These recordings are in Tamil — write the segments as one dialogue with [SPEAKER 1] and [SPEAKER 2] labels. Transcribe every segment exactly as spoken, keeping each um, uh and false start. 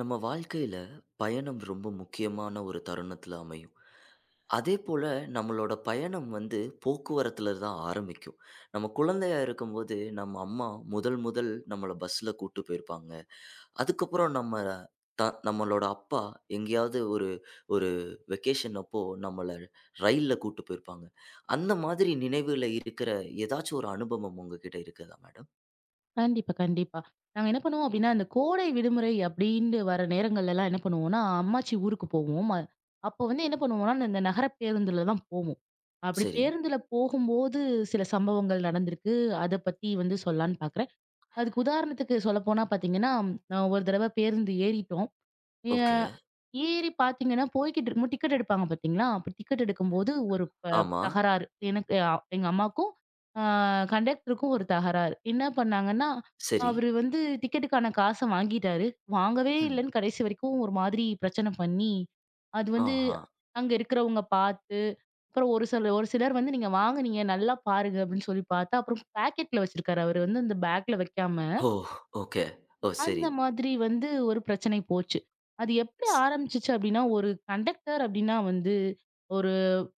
[SPEAKER 1] நம்ம வாழ்க்கையில பயணம் ரொம்ப முக்கியமான ஒரு தருணத்துல அமையும். அதே போல நம்மளோட பயணம் வந்து போக்குவரத்துல தான் ஆரம்பிக்கும். நம்ம குழந்தையா இருக்கும்போது, நம்ம அம்மா முதல் முதல் நம்மள பஸ்ல கூட்டு போயிருப்பாங்க. அதுக்கப்புறம் நம்ம த நம்மளோட அப்பா எங்கேயாவது ஒரு ஒரு வெக்கேஷன் அப்போ நம்மள ரயில்ல கூட்டு போயிருப்பாங்க. அந்த மாதிரி நினைவுல இருக்கிற ஏதாச்சும் ஒரு அனுபவம் உங்ககிட்ட இருக்குதா மேடம்?
[SPEAKER 2] கண்டிப்பா, கண்டிப்பா. நாங்க என்ன பண்ணுவோம் அப்டின்னா, அந்த கோடை விடுமுறை அப்டின்ட்டு வர நேரங்கள்லலாம் என்ன பண்ணுவோம்னா, அம்மாச்சி ஊருக்கு போவோம். அ அப்போ வந்து என்ன பண்ணுவோம்னா, இந்த நகர பேருந்துல தான் போவோம். அப்டி
[SPEAKER 1] சரி.
[SPEAKER 2] பேருந்துல போகும்போது சில சம்பவங்கள் நடந்திருக்கு. அத பத்தி வந்து சொல்லலான்னு பாக்குறேன். அதுக்கு உதாரணத்துக்கு சொல்லப்போனா பாத்தீங்கன்னா, நான் ஒரு தடவ பேருந்து ஏறிட்டோம். ஏ
[SPEAKER 1] ஓகே.
[SPEAKER 2] ஏறி பார்த்தீங்கன்னா, போய்க்கிட்டு இருக்கும்போது டிக்கெட் எடுப்பாங்க பார்த்தீங்களா? அப்ப டிக்கெட் எடுக்கும்போது ஒரு ப
[SPEAKER 1] ஆமா.
[SPEAKER 2] தகராறு. எனக்கு அ எங்க அம்மாக்கும், ஆ கண்டக்டருக்கும் ஒரு தகராறு. என்ன பண்ணாங்கன்னா,
[SPEAKER 1] சரி.
[SPEAKER 2] அவரு வந்து டிக்கெட்டுக்கான காச வாங்கிட்டாரு. வாங்கவே
[SPEAKER 1] ம்.
[SPEAKER 2] இல்லன்னு கடைசி வரைக்கும் ஒரு மாதிரி பிரச்சனை பண்ணி, அது வந்து
[SPEAKER 1] ஆஹா.
[SPEAKER 2] அங்க இருக்கிறவங்க பார்த்து, அப்புறம் ஒரு சில ஒரு சிலர் வந்து, "நீங்க வாங்குனீங்க, நல்லா பாருங்க" அப்படின்னு சொல்லி பார்த்தா, அப்புறம் பாக்கெட்ல வச்சிருக்காரு. அவரு வந்து அந்த பேக்ல வைக்காம.
[SPEAKER 1] ஓ! ஓகே. ஓ! சரி.
[SPEAKER 2] அந்த மாதிரி வந்து ஒரு பிரச்சனை போச்சு. அது எப்படி
[SPEAKER 1] ஸ்
[SPEAKER 2] ஆரம்பிச்சுச்சு அப்படின்னா, ஒரு கண்டக்டர் அப்படின்னா வந்து ஒரு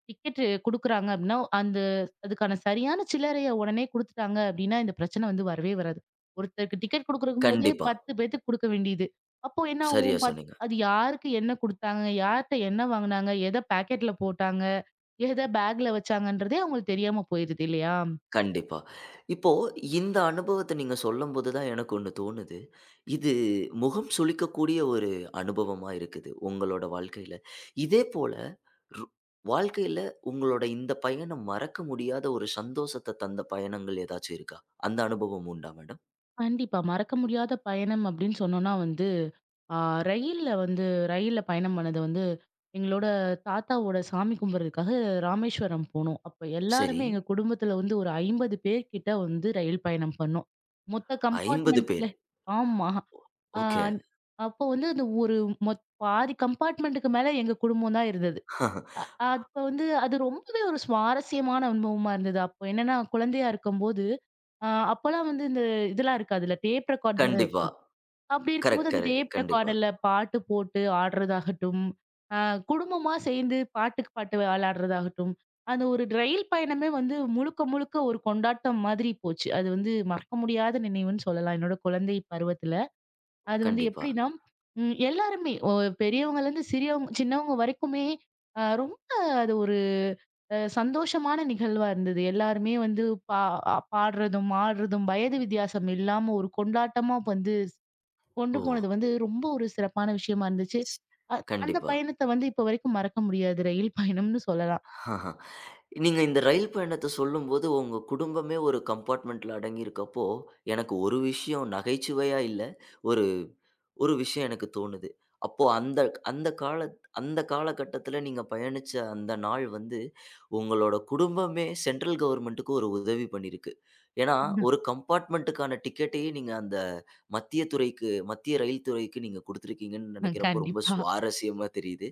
[SPEAKER 2] டிக்கெட் குடுக்குறாங்க அப்படின்னா, அந்த அதுக்கான சரியான சில்லறைய உடனே குடுத்துட்டாங்க அப்படின்னா, இந்த பிரச்சனை வந்து வரவே வராது. ஒருத்தருக்கு டிக்கெட் குடுக்குறக்கும்போதே
[SPEAKER 1] கண்டிப்பா.
[SPEAKER 2] பத்து பேத்துக்கு குடுக்க வேண்டியது. அப்போ என்ன
[SPEAKER 1] சரியா
[SPEAKER 2] ஆகும்? பத்
[SPEAKER 1] சொன்னீங்க.
[SPEAKER 2] அது யாருக்கு என்ன குடுத்தாங்க? யார்ட்ட என்ன வாங்குனாங்க? எத பாக்கெட்ல போட்டாங்க? எத பேக்ல வச்சாங்கன்றதே அவங்களுக்கு தெரியாம போயிருது இல்லையா?
[SPEAKER 1] கண்டிப்பா. இப்போ இந்த அனுபவத்த நீங்க சொல்லும்போது தான் எனக்கு ஒண்ணு தோணுது. இது முகம் சுளிக்கக்கூடிய ஒரு அனுபவமா இருக்குது, உங்களோட வாழ்க்கையில. இதே போல ரு வாழ்க்கையில உங்களோட இந்த பயணம் மறக்க முடியாத ஒரு சந்தோஷத்த தந்த பயணங்கள் ஏதாச்சும் இருக்கா? அந்த அனுபவம் உண்டா மேடம்?
[SPEAKER 2] கண்டிப்பா. மறக்க முடியாத பயணம் அப்படின்னு சொன்னோம்னா வந்து ஆ, ரயில்ல வந்து ரயில்ல பயணம் பண்ணது வந்து, எங்களோட தாத்தாவோட சாமி கும்பிடுறதுக்காக ராமேஸ்வரம் போனோம். அப்ப
[SPEAKER 1] சரி.
[SPEAKER 2] எல்லாருமே எங்க குடும்பத்துல வந்து ஒரு ஐம்பது பேர் கிட்ட வந்து ரயில் பயணம் பண்ணோம். மொத்த
[SPEAKER 1] ஐம்பது
[SPEAKER 2] கம்பார்ட்மெண்ட்ல
[SPEAKER 1] பேர்.
[SPEAKER 2] ஆமா. ஆ
[SPEAKER 1] ஓகே.
[SPEAKER 2] அப்போ வந்து அந்த ஒரு மொத் பாதி கம்பார்ட்மெண்ட்டுக்கு மேல எங்க குடும்பம் தான் இருந்தது. அப்ப வந்து அது ரொம்பவே ஒரு சுவாரஸ்யமான அனுபவமா இருந்தது. அப்போ என்னன்னா குழந்தையா இருக்கும்போது, ஆ அப்பலாம் வந்து இந்த இதெல்லாம் இருக்காதுல்ல. டேப் ரெக்கார்ட் தான.
[SPEAKER 1] கண்டிப்பா.
[SPEAKER 2] அப்படி
[SPEAKER 1] கரெக்ட்,
[SPEAKER 2] இருக்கும்போது அந்த
[SPEAKER 1] கரெக்ட்.
[SPEAKER 2] டேப்
[SPEAKER 1] கண்டிப்பா,
[SPEAKER 2] ரெக்கார்டுல பாட்டு போட்டு ஆடுறதாகட்டும், அ குடும்பமா சேர்ந்து பாட்டுக்கு பாட்டு விளையாடுறதாகட்டும், அந்த ஒரு ரயில் பயணமே வந்து முழுக்க, முழுக்க ஒரு கொண்டாட்டம் மாதிரி போச்சு. அது வந்து மறக்க முடியாத நினைவுன்னு சொல்லலாம். என்னோட குழந்தை பருவத்துல. அது வந்து
[SPEAKER 1] கண்டிப்பா.
[SPEAKER 2] எப்படின்னா, ம் எல்லாருமே ஒ பெரியவங்கலேருந்து சிறியவங்க சின்னவங்க வரைக்குமே அ ரொம்ப அது ஒரு அ சந்தோஷமான நிகழ்வா இருந்தது. எல்லாருமே வந்து பா பாடுறதும், ஆடுறதும், வயது வித்தியாசம் இல்லாம ஒரு கொண்டாட்டமா வந்து கொண்டு
[SPEAKER 1] ஓ!
[SPEAKER 2] போனது வந்து ரொம்ப ஒரு சிறப்பான விஷயமா இருந்துச்சு.
[SPEAKER 1] ஸ்
[SPEAKER 2] அ அந்த
[SPEAKER 1] கண்டிப்பா.
[SPEAKER 2] பயணத்த வந்து இப்ப வரைக்கும் மறக்க முடியாது. ரயில் பயணம்னு சொல்லலாம்.
[SPEAKER 1] ஆஹா. நீங்க இந்த ரயில் பயணத்த சொல்லும்போது, உங்க குடும்பமே ஒரு கம்பார்ட்மெண்ட்ல அடங்கியிருக்கப்போ, எனக்கு ஒரு விஷயம் நகைச்சுவையா இல்ல, ஒரு ஒரு விஷயம் எனக்கு தோணுது. அப்போ அந்த அந்த கால அந்த காலகட்டத்தில நீங்க பயணிச்ச அந்த நாள் வந்து, உங்களோட குடும்பமே சென்ட்ரல் கவர்ன்மென்ட்க்கு ஒரு உதவி பண்ணியிருக்கு. ஏன்னா, ஒரு கம்பார்ட்மென்ட்க்கான டிக்கெட்டையே நீங்க அந்த மத்திய துறைக்கு மத்திய ரயில் துறைக்கு நீங்க குடுத்துருக்கீங்கன்னு
[SPEAKER 2] ம்,
[SPEAKER 1] நெனைக்கிறப்போ, ரொம்ப
[SPEAKER 2] கண்டிப்பா.
[SPEAKER 1] சுவாரஸ்யமா தெரியுது.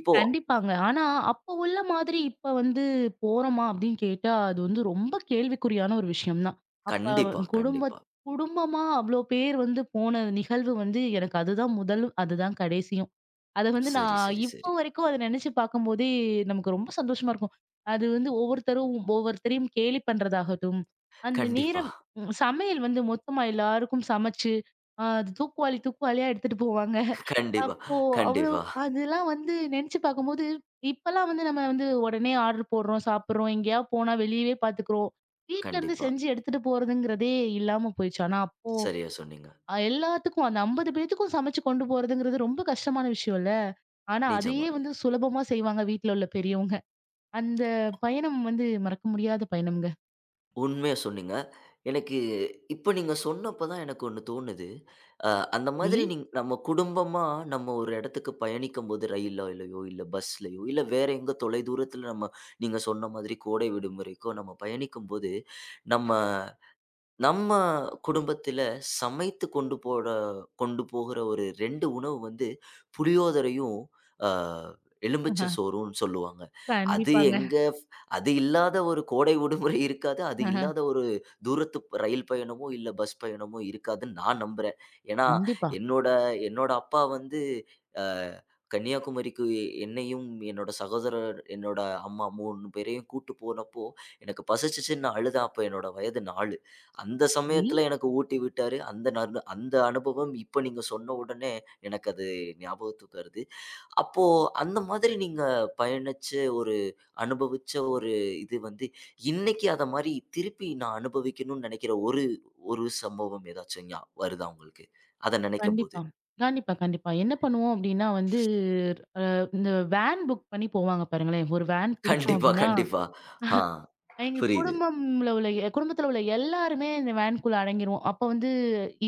[SPEAKER 1] இப்போ
[SPEAKER 2] கண்டிப்பாங்க. ஆனா, அப்ப உள்ள மாதிரி இப்ப வந்து போறோமா அப்படின்னு கேட்டா, அது வந்து ரொம்ப கேள்விக்குறியான ஒரு விஷயம் தான். அப்ப அவ-
[SPEAKER 1] கண்டிப்பா,
[SPEAKER 2] குடும்ப
[SPEAKER 1] கண்டிப்பா.
[SPEAKER 2] குடும்பமா அவ்ளோ பேர் வந்து போன நிகழ்வு வந்து எனக்கு அதுதான் முதலும், அதுதான் கடைசியும். அத வந்து
[SPEAKER 1] சரி,
[SPEAKER 2] நான்
[SPEAKER 1] சரி,
[SPEAKER 2] இப்போ
[SPEAKER 1] சரி.
[SPEAKER 2] வரைக்கும் அத நெனச்சு பார்க்கும்போதே நமக்கு ரொம்ப சந்தோஷமா இருக்கும். அது வந்து ஒவ்வொருத்தரும் ஒவ்வொருத்தரையும் கேலி பண்றதாகட்டும், அந்த
[SPEAKER 1] கண்டிப்பா,
[SPEAKER 2] நேரம் ம் சமையல் வந்து மொத்தமா எல்லாருக்கும் சமைச்சு, அ அது தூக்குவாளி தூக்குவாளியா எடுத்துட்டு போவாங்க.
[SPEAKER 1] கண்டிப்பா,
[SPEAKER 2] அப்போ அவ்ளோ
[SPEAKER 1] கண்டிப்பா,
[SPEAKER 2] அதெல்லாம் வந்து நெனச்சு பார்க்கும்போது, இப்பலாம் வந்து நம்ம வந்து உடனே ஆர்டர் போடுறோம், சாப்பிடுறோம், எங்கேயாவது போனா வெளியவே பார்த்துக்குறோம். வீட்ல இருந்து
[SPEAKER 1] கண்டிப்பா.
[SPEAKER 2] செஞ்சு எடுத்துட்டு போறதுங்கிறதே இல்லாம போயிடுச்சு. ஆனா அப்போ
[SPEAKER 1] சரியா சொன்னீங்க.
[SPEAKER 2] அ எல்லாத்துக்கும் அந்த ஐம்பது பேத்துக்கும் சமைச்சு கொண்டு போறதுங்கிறது ரொம்ப கஷ்டமான விஷயம்ல. ஆனா,
[SPEAKER 1] நிஜமா.
[SPEAKER 2] அதையே வந்து சுலபமா செய்வாங்க வீட்ல உள்ள பெரியவங்க. அந்த பயணம் வந்து மறக்க முடியாத பயணம்ங்க.
[SPEAKER 1] உண்மையா சொன்னீங்க. எனக்கு இப்ப நீங்க சொன்னப்ப தான் எனக்கு ஒண்ணு தோணுது. அ அந்த
[SPEAKER 2] சரி.
[SPEAKER 1] மாதிரி நீங் நம்ம குடும்பமா நம்ம ஒரு இடத்துக்கு பயணிக்கும்போது ரயில்லயோ, இல்ல பஸ்லயோ, இல்ல வேற எங்க தொலைதூரத்துல நம்ம நீங்க சொன்ன மாதிரி கோடை விடுமுறைக்கோ நம்ம பயணிக்கும்போது, நம்ம நம்ம குடும்பத்தில சமைத்து கொண்டு போற கொண்டு போகிற ஒரு ரெண்டு உணவு வந்து புளியோதரையும், அ எலுமிச்சை
[SPEAKER 2] ஆஹா.
[SPEAKER 1] சோறுன்னு சொல்லுவாங்க. அது
[SPEAKER 2] கண்டிப்பாங்க.
[SPEAKER 1] எங்க அது இல்லாத ஒரு கோடை விடுமுறை இருக்காது. அது
[SPEAKER 2] ஆஹா.
[SPEAKER 1] இல்லாத ஒரு தூரத்து ரயில் பயணமோ, இல்ல பஸ் பயணமோ இருக்காதுன்னு நான் நம்புறேன். ஏன்னா,
[SPEAKER 2] கண்டிப்பா.
[SPEAKER 1] என்னோட என்னோட அப்பா வந்து அ கன்னியாகுமரிக்கு என்னையும், என்னோட சகோதரர், என்னோட அம்மா மூணு பேரையும் கூட்டு போனப்போ, எனக்கு பசிச்சுச்சுன்னு நான் அழுதேன். அப்ப என்னோட வயது நாலு. அந்த
[SPEAKER 2] சரி.
[SPEAKER 1] சமயத்துல எனக்கு ஊட்டி விட்டாரு. அந்த நரு அந்த அனுபவம் இப்ப நீங்க சொன்ன உடனே எனக்கு அது ஞாபகத்துக்கு வருது. அப்போ அந்த மாதிரி நீங்க பயணிச்ச ஒரு அனுபவிச்ச ஒரு இது வந்து, இன்னைக்கு அத மாரி திருப்பி நான் அனுபவிக்கணும்னு நெனைக்கிற ஒரு ஒரு சம்பவம் ஏதாச்சும் ஞா வருதா உங்களுக்கு? அத நெனைக்கும்போது.
[SPEAKER 2] கண்டிப்பா. கண்டிப்பா, கண்டிப்பா. என்ன பண்ணுவோம் அப்டின்னா வந்து, அஹ் இந்த வேன் புக் பண்ணி போவாங்க பாருங்களேன். ஒரு வேன் புடிச்சோம்
[SPEAKER 1] கண்டிப்பா,
[SPEAKER 2] அப்டின்னா
[SPEAKER 1] கண்டிப்பா. ஆ,
[SPEAKER 2] எங்க
[SPEAKER 1] புரியுது.
[SPEAKER 2] குடும்பம்ல உள்ள குடும்பத்துல உள்ள எல்லாருமே இந்த வேன்குள்ள அடங்கிருவோம். அப்ப வந்து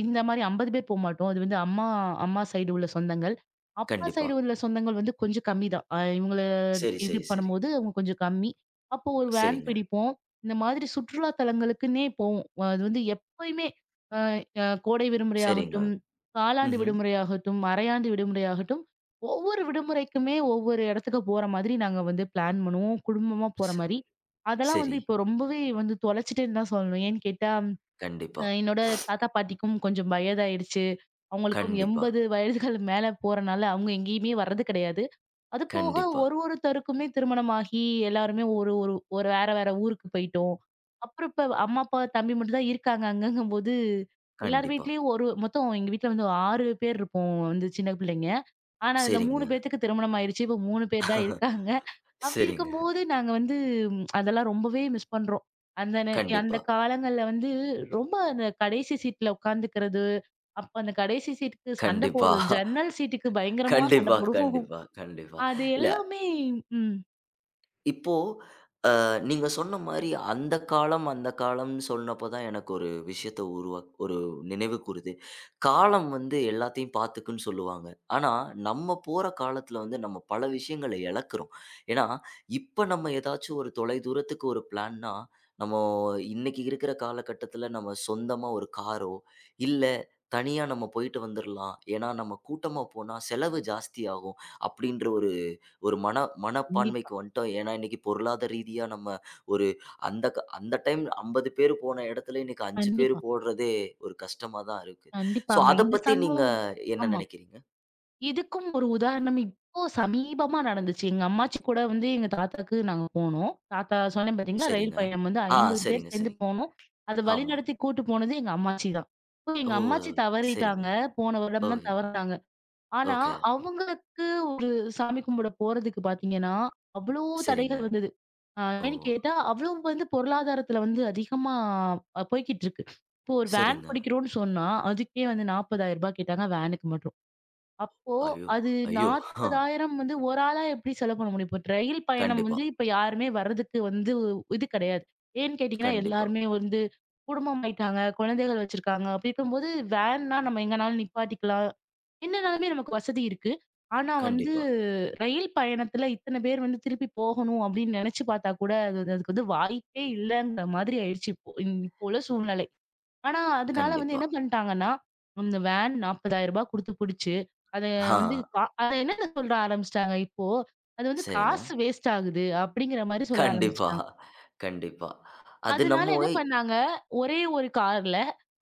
[SPEAKER 2] இந்த மாரி ஐம்பது பேர் போமாட்டோம். அது வந்து அம்மா அம்மா சைடு உள்ள சொந்தங்கள். அப்பா
[SPEAKER 1] கண்டிப்பா.
[SPEAKER 2] சைடு உள்ள சொந்தங்கள் வந்து கொஞ்சம் கம்மி தான். அ இவங்கள
[SPEAKER 1] சரி,
[SPEAKER 2] இது
[SPEAKER 1] சரி, சரி.
[SPEAKER 2] பண்ணும்போது அவங்க கொஞ்சம் கம்மி. அப்போ ஒரு வேன்
[SPEAKER 1] சரிங்க,
[SPEAKER 2] பிடிப்போம். இந்த மாதிரி சுற்றுலா தலங்களுக்குன்னே போவோம். அது வந்து எப்பயுமே அ அ கோடை விடுமுறை
[SPEAKER 1] சரிங்க.
[SPEAKER 2] ஆகட்டும், காலாண்டு
[SPEAKER 1] ம்ஹ்ம்.
[SPEAKER 2] விடுமுறை ஆகட்டும், அரையாண்டு விடுமுறை ஆகட்டும், ஒவ்வொரு விடுமுறைக்குமே ஒவ்வொரு இடத்துக்கு போற மாதிரி நாங்க வந்து பிளான் பண்ணுவோம். குடும்பமா
[SPEAKER 1] ச
[SPEAKER 2] போற மாரி. அதெல்லாம் வந்து
[SPEAKER 1] சரி.
[SPEAKER 2] இப்போ ரொம்பவே வந்து தொலைச்சிட்டேன்னு தான் சொல்லணும். ஏன்னு கேட்டா,
[SPEAKER 1] கண்டிப்பா,
[SPEAKER 2] அ என்னோட தாத்தா, பாட்டிக்கும் கொஞ்சம் வயதாயிடுச்சு. அவங்களுக்கும்
[SPEAKER 1] கண்டிப்பா,
[SPEAKER 2] எண்பது வயதுகள் மேல போறனால அவங்க எங்கேயுமே வர்றது கிடையாது. அது போக
[SPEAKER 1] கண்டிப்பா.
[SPEAKER 2] ஒரு ஒருத்தருக்குமே திருமணமாகி எல்லாருமே ஒரு ஒரு ஒரு வேற வேற ஊருக்கு போயிட்டோம். அப்புறம் இப்ப அம்மா, அப்பா, தம்பி மட்டும் தான் இருக்காங்க அங்கங்கும்போது, எல்லார்
[SPEAKER 1] கண்டிப்பா.
[SPEAKER 2] வீட்லயும் ஒரு மொத்தம் எங்க வீட்ல வந்து ஆறு பேர் இருப்போம் வந்து சின்ன பிள்ளைங்க. ஆனா அதுல
[SPEAKER 1] சரிங்க.
[SPEAKER 2] மூணு பேத்துக்கு திருமணம் ஆயிருச்சு. இப்ப மூணு பேர் தான் இருக்காங்க. அப்படி
[SPEAKER 1] சரிங்க.
[SPEAKER 2] இருக்கும்போது நாங்க வந்து ம், அதெல்லாம் ரொம்பவே மிஸ் பண்றோம். அந்த நே அந்த
[SPEAKER 1] கண்டிப்பா,
[SPEAKER 2] காலங்கள்ல வந்து ரொம்ப அந்த கடைசி சீட்ல உட்காந்துக்கிறது, அப்ப அந்த கடைசி சீட்டுக்கு சண்ட
[SPEAKER 1] கண்டிப்பா,
[SPEAKER 2] போடுறது, ஜன்னல் சீட்டுக்கு பயங்கரமா சண்ட
[SPEAKER 1] கண்டிப்பா,
[SPEAKER 2] போடுவோம்.
[SPEAKER 1] கண்டிப்பா, கண்டிப்பா.
[SPEAKER 2] அது
[SPEAKER 1] இல்ல,
[SPEAKER 2] எல்லாமே ம்.
[SPEAKER 1] இப்போ நீங்க சொன்ன மாரி அந்த காலம், அந்த காலம்னு சொன்னப்போ தான் எனக்கு ஒரு விஷயத்த உருவா ஒரு நினைவு கூருது. காலம் வந்து எல்லாத்தையும் பார்த்துக்குன்னு சொல்லுவாங்க. ஆனா, நம்ம போற காலத்துல வந்து நம்ம பல விஷயங்கள இழக்கிறோம். ஏன்னா, இப்ப நம்ம ஏதாச்சும் ஒரு தொலைதூரத்துக்கு ஒரு பிளான்னா, நம்ம இன்னைக்கு இருக்கிற காலகட்டத்துல நம்ம சொந்தமா ஒரு காரோ, இல்ல தனியா நம்ம போயிட்டு வந்துரலாம். ஏன்னா, நம்ம கூட்டமா போனா செலவு ஜாஸ்தியாகும். அப்படின்ற ஒரு ஒரு மன
[SPEAKER 2] கண்டிப்பா,
[SPEAKER 1] மனப்பான்மைக்கு வந்துட்டோம். ஏன்னா, இன்னைக்கு பொருளாதார ரீதியா நம்ம ஒரு அந்த க அந்த டைம் ஐம்பது பேர் போன இடத்துல இன்னைக்கு அஞ்சு பேர்
[SPEAKER 2] கண்டிப்பா,
[SPEAKER 1] போடுறதே ஒரு கஷ்டமா தான் இருக்கு. ஸோ
[SPEAKER 2] கண்டிப்பாங்க.
[SPEAKER 1] அத
[SPEAKER 2] இந்த
[SPEAKER 1] பத்தி நீங்க
[SPEAKER 2] சம்பவம்
[SPEAKER 1] என்ன
[SPEAKER 2] ஆமா.
[SPEAKER 1] நினைக்கிறீங்க?
[SPEAKER 2] இதுக்கும் ஒரு உதாரணம் இப்போ சமீபமா நடந்துச்சு. எங்க அம்மாச்சி கூட வந்து எங்க தாத்தாக்கு நாங்க போனோம். தாத்தா சொன்னேன் பார்த்தீங்களா, ரயில்
[SPEAKER 1] சரிங்க.
[SPEAKER 2] பயணம் வந்து
[SPEAKER 1] ஆ,
[SPEAKER 2] ஐம்பது பேர்
[SPEAKER 1] சரிங்க,
[SPEAKER 2] சேர்ந்து
[SPEAKER 1] சரிங்க.
[SPEAKER 2] போனோம். அத
[SPEAKER 1] ஆமா.
[SPEAKER 2] வழிநடத்தி கூட்டு போனது எங்க அம்மாச்சி தான். இப்போ
[SPEAKER 1] ஓ!
[SPEAKER 2] எங்க அம்மாச்சி
[SPEAKER 1] சரிங்க.
[SPEAKER 2] தவறிட்டாங்க. போன
[SPEAKER 1] ஓ!
[SPEAKER 2] வருடம் தான் தவறுனாங்க. ஆனா,
[SPEAKER 1] ஓகே.
[SPEAKER 2] அவங்களுக்கு ஒரு சாமி கும்பிட போறதுக்கு பார்த்தீங்கன்னா, அவ்ளோ
[SPEAKER 1] சரிங்க.
[SPEAKER 2] தடைகள் வந்தது. ஆ
[SPEAKER 1] ஓ!
[SPEAKER 2] ஏன்னு கேட்டா, அவ்வளவு வந்து பொருளாதாரத்துல வந்து அதிகமா அ போய்க்கிட்டு இருக்கு. இப்போ ஒரு வேன்
[SPEAKER 1] சரிங்க.
[SPEAKER 2] பிடிக்கிறோம்னு சொன்னா, அதுக்கே வந்து ரூ. நாற்பதாயிரம் கேட்டாங்க வேனுக்கு மட்டும். அப்போ
[SPEAKER 1] ஐயோ!
[SPEAKER 2] அது
[SPEAKER 1] ஐயோ! ஆ.
[SPEAKER 2] நாற்பதாயிரம் வந்து ஒரு ஆளா எப்படி செலவு பண்ண முடியும்? இப்ப ரயில் பயணம்
[SPEAKER 1] கண்டிப்பா,
[SPEAKER 2] வந்து இப்ப யாருமே வர்றதுக்கு வந்து இது கிடையாது. ஏன்னு கேட்டீங்கன்னா,
[SPEAKER 1] கண்டிப்பா,
[SPEAKER 2] எல்லாருமே வந்து குடும்பம் ஆயிட்டாங்க, குழந்தைகள் வச்சிருக்காங்க. அப்படி இருக்கும்போது வேன்னா நம்ம எங்கனாலும் நிப்பாட்டிக்கலாம். என்னனாலுமே நமக்கு வசதி இருக்கு. ஆனா வந்து
[SPEAKER 1] கண்டிப்பா,
[SPEAKER 2] ரயில் பயணத்துல இத்தன பேர் வந்து திருப்பி போகணும் அப்படின்னு நினைச்சு பார்த்தா கூட, அது அதுக்கு வந்து வாய்ப்பே இல்லங்கிற மாதிரி ஆயிடுச்சு இப்போ. இப்போ உள்ள சூழ்நிலை. ஆனா, அதனால வந்து
[SPEAKER 1] கண்டிப்பா.
[SPEAKER 2] என்ன பண்ணிட்டாங்கன்னா, அந்த வேன் ரூ. நாற்பதாயிரம் குடுத்து புடிச்சு, அத
[SPEAKER 1] ஆ.
[SPEAKER 2] வந்து கா அத என்னென்ன சொல்ல ஆரம்பிச்சுட்டாங்க இப்போ, அது வந்து
[SPEAKER 1] சரிங்க.
[SPEAKER 2] காசு வேஸ்ட் ஆகுது அப்படிங்கிற மாரி சொல்ல
[SPEAKER 1] கண்டிப்பா,
[SPEAKER 2] ஆரம்பிச்சுட்டாங்க.
[SPEAKER 1] கண்டிப்பா. அது
[SPEAKER 2] அதனால
[SPEAKER 1] நம்ம.
[SPEAKER 2] என்ன பண்ணாங்க, ஒரே ஒரு கார்ல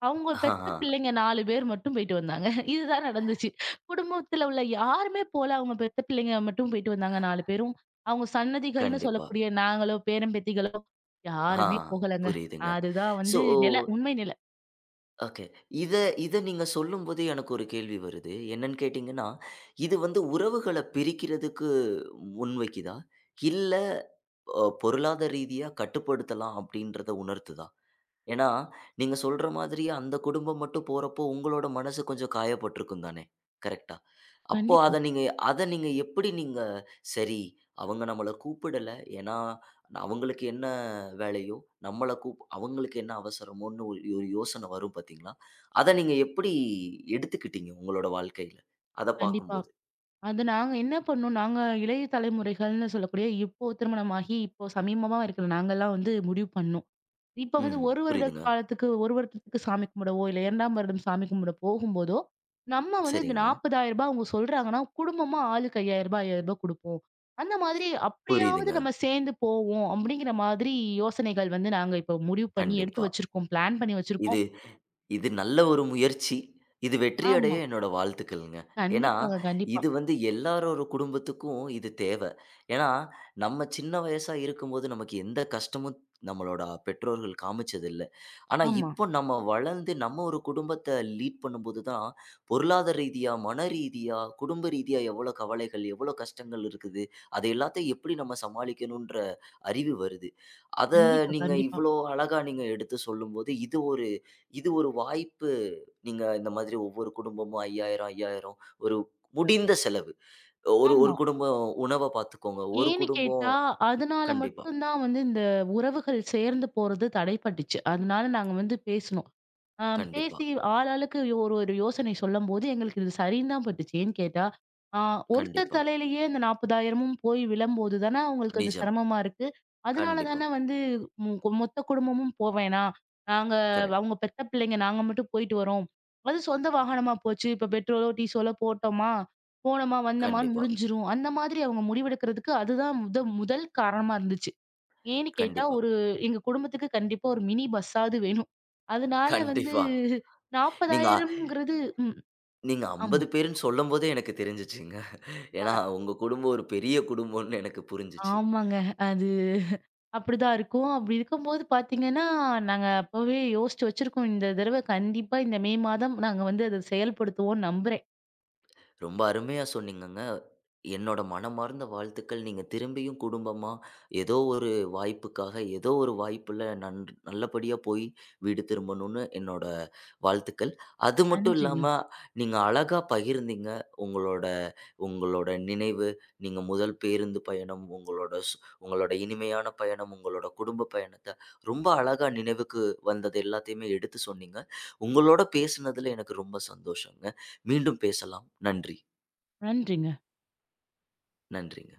[SPEAKER 2] அவங்க
[SPEAKER 1] ஆ,
[SPEAKER 2] பெத்த
[SPEAKER 1] ஆ.
[SPEAKER 2] பிள்ளைங்க நாலு பேர் மட்டும் போயிட்டு வந்தாங்க. இதுதான் நடந்துச்சு. குடும்பத்துல உள்ள யாருமே போல. அவங்க பெத்த பிள்ளைங்க மட்டும் போயிட்டு வந்தாங்க நாலு பேரும். அவங்க சன்னதிகள்னு
[SPEAKER 1] கண்டிப்பா.
[SPEAKER 2] சொல்லக்கூடிய நாங்களோ, பேரன் பேத்திகளோ
[SPEAKER 1] ஆ.
[SPEAKER 2] யாருமே போகலங்க.
[SPEAKER 1] புரியுதுங்க.
[SPEAKER 2] அதுதான்
[SPEAKER 1] ஸோ,
[SPEAKER 2] வந்து நிலை, உண்மை நிலை.
[SPEAKER 1] ஓகே. இத இத நீங்க சொல்லும்போது எனக்கு ஒரு கேள்வி வருது. என்னன்னு கேட்டீங்கன்னா, இது வந்து உறவுகள பிரிக்கிறதுக்கு முன்வைக்குதா? இல்ல அ பொருளாதார ரீதியா கட்டுப்படுத்தலாம் அப்படின்றத உணர்த்துதா? ஏன்னா, நீங்க சொல்ற மாதிரி அந்த குடும்பம் மட்டும் போறப்போ, உங்களோட மனசு கொஞ்சம் காயப்பட்டுருக்கும் தானே! கரெக்ட்டா? அப்போ
[SPEAKER 2] கண்டிப்பா,
[SPEAKER 1] அத நீங்க அத நீங்க எப்படி நீங்க சரி, அவங்க நம்மள கூப்பிடல. ஏன்னா ந- அவங்களுக்கு என்ன வேலையோ, நம்மள கூப் அவங்களுக்கு என்ன அவசரமோன்னு ஒரு ஒரு யோசனை வரும் பார்த்தீங்களா? அத நீங்க எப்படி எடுத்துக்கிட்டீங்க உங்களோட வாழ்க்கையில? அத
[SPEAKER 2] கண்டிப்பா.
[SPEAKER 1] பார்க்கும்போது.
[SPEAKER 2] அது நாங்க என்ன பண்ணோம், நாங்க இளைய தலைமுறைகள்னு சொல்லக்கூடிய இப்போ திருமணமாகி, இப்போ சமீபமா இருக்கிற நாங்கலாம் வந்து முடிவு பண்ணோம். இப்ப வந்து
[SPEAKER 1] ம்.
[SPEAKER 2] ஒரு வருட
[SPEAKER 1] புரியுதுங்க.
[SPEAKER 2] காலத்துக்கு ஒரு வருடத்துக்கு சாமி கும்பிடவோ, இல்ல இரண்டாம் வருடம் சாமி கும்பிட போகும்போதோ, நம்ம வந்து இந்த ரூ.
[SPEAKER 1] சரிங்க.
[SPEAKER 2] நாற்பதாயிரம் அவங்க சொல்றாங்கன்னா, குடும்பமா ஆளுக்கு ரூ. ஐயாயிரம் ரூ. ஐயாயிரம் குடுப்போம். அந்த மாதிரி அப்படியாவது
[SPEAKER 1] புரியுதுங்க.
[SPEAKER 2] நம்ம சேர்ந்து போவோம் அப்படிங்கிற மாதிரி யோசனைகள் வந்து நாங்க இப்ப முடிவு பண்ணி எடுத்து
[SPEAKER 1] கண்டிப்பா.
[SPEAKER 2] வச்சிருக்கோம். பிளான் பண்ணி வச்சிருக்கோம்.
[SPEAKER 1] இது ம். இது நல்ல ஒரு முயற்சி. இது வெற்றி அடைய
[SPEAKER 2] ஆமா.
[SPEAKER 1] என்னோட வாழ்த்துக்கள்ங்க. ஏன்னா,
[SPEAKER 2] கண்டிப்பாங்க, கண்டிப்பா.
[SPEAKER 1] இது வந்து எல்லாரோட குடும்பத்துக்கும் இது தேவ. ஏன்னா, நம்ம சின்ன வயசா இருக்கும்போது நமக்கு எந்த கஷ்டமும் நம்மளோட பெற்றோர்கள் காமிச்சதில்ல. ஆனா,
[SPEAKER 2] ஆமா.
[SPEAKER 1] இப்போ நம்ம வளர்ந்து நம்ம ஒரு குடும்பத்த லீட் பண்ணும்போது தான், பொருளாதார ரீதியா, மன ரீதியா, குடும்ப ரீதியா எவ்வளோ கவலைகள், எவ்வளோ கஷ்டங்கள் இருக்குது. அது எல்லாத்தையும் எப்படி நம்ம சமாளிக்கணுன்ற அறிவு வருது. அத
[SPEAKER 2] கண்டிப்பா,
[SPEAKER 1] நீங்க
[SPEAKER 2] கண்டிப்பா.
[SPEAKER 1] இவ்வளோ அழகா நீங்க எடுத்து சொல்லும்போது, இது ஒரு இது ஒரு வாய்ப்பு. நீங்க இந்த மாதிரி ஒவ்வொரு குடும்பமும் ஐயாயிரம், ஐயாயிரம் ஒரு முடிந்த செலவு. ஒரு
[SPEAKER 2] ஆமா.
[SPEAKER 1] ஒரு குடும்பம் உணவ பாத்துக்கோங்க. ஒரு
[SPEAKER 2] ஏன்னு
[SPEAKER 1] குடும்பம்.
[SPEAKER 2] கேட்டா, அதனால
[SPEAKER 1] கண்டிப்பா,
[SPEAKER 2] மட்டும் தான் வந்து இந்த உறவுகள் சேர்ந்து போறது தடைப்பட்டுச்சு. அதனால நாங்க வந்து பேசுனோம். ஆ
[SPEAKER 1] கண்டிப்பா,
[SPEAKER 2] பேசி ஆள் ஆளுக்கு ஒரு ஒரு யோசனை சொல்லும்போது, எங்களுக்கு இது சரின்னு தான் பட்டுச்சு. ஏன்னு கேட்டா, ஆ ஒருத்தர்
[SPEAKER 1] கண்டிப்பா.
[SPEAKER 2] தலையிலேயே இந்த 40,000ம் போய் விழும்போது தான அவங்களுக்கு அது
[SPEAKER 1] நிஜம்.
[SPEAKER 2] சிரமமா இருக்கு. அதனால
[SPEAKER 1] கண்டிப்பா.
[SPEAKER 2] தானே வந்து மு கொ- மொத்த குடும்பமும் போ வேணாம். நாங்க
[SPEAKER 1] கரெக்ட்.
[SPEAKER 2] அவங்க பெத்த பிள்ளைங்க நாங்க மட்டும் போயிட்டு வரோம். அது சொந்த வாகனமா போச்சு. இப்ப பெட்ரோலோ, டீசலோ போட்டோமா, போனோமா, வந்தோமான்னு
[SPEAKER 1] கண்டிப்பா,
[SPEAKER 2] முடிஞ்சிரும். அந்த மாதிரி அவங்க முடிவெடுக்கிறதுக்கு அதுதான் முத முதல் காரணமா இருந்துச்சு. ஏன்னு கேட்டா,
[SPEAKER 1] கண்டிப்பா,
[SPEAKER 2] ஒரு எங்க குடும்பத்துக்கு கண்டிப்பா ஒரு மினி பஸ்ஸாவது வேணும். அதனால வந்து
[SPEAKER 1] கண்டிப்பா. நீங்க
[SPEAKER 2] 40,000ங்கிறது ம்.
[SPEAKER 1] நீங்க
[SPEAKER 2] ஆமா.
[SPEAKER 1] ஐம்பது பேருன்னு சொல்லும்போதே எனக்கு தெரிஞ்சுச்சுங்க. ஏன்னா உங்க குடும்பம் ஒரு பெரிய குடும்பம்னு எனக்கு புரிஞ்சுச்சு.
[SPEAKER 2] ஆமாங்க. அது அப்படிதான் இருக்கும். அப்படி இருக்கும்போது பார்த்தீங்கன்னா, நாங்க அப்பவே யோசிச்சு வச்சிருக்கோம். இந்த தடவ கண்டிப்பா இந்த மே மாதம் நாங்க வந்து அத செயல்படுத்துவோம்னு நம்புறேன்.
[SPEAKER 1] ரொம்ப அருமையா சொன்னீங்கங்க. என்னோட மனமார்ந்த வாழ்த்துக்கள். நீங்க திரும்பியும் குடும்பமா, ஏதோ ஒரு வாய்ப்புக்காக, ஏதோ ஒரு வாய்ப்புல நன் நல்லபடியா போய் வீடு திரும்பணும்னு என்னோட வாழ்த்துக்கள். அது மட்டும்
[SPEAKER 2] நன்றிங்க.
[SPEAKER 1] இல்லாம, நீங்க அழகா பகிர்ந்தீங்க. உங்களோட உங்களோட நினைவு, நீங்க முதல் பேருந்து பயணம், உங்களோட சு உங்களோட இனிமையான பயணம், உங்களோட குடும்ப பயணத்த ரொம்ப அழகா நினைவுக்கு வந்தது எல்லாத்தையுமே எடுத்து சொன்னீங்க. உங்களோட பேசுனதுல எனக்கு ரொம்ப சந்தோஷங்க. மீண்டும் பேசலாம். நன்றி.
[SPEAKER 2] நன்றிங்க.
[SPEAKER 1] நன்றிங்க.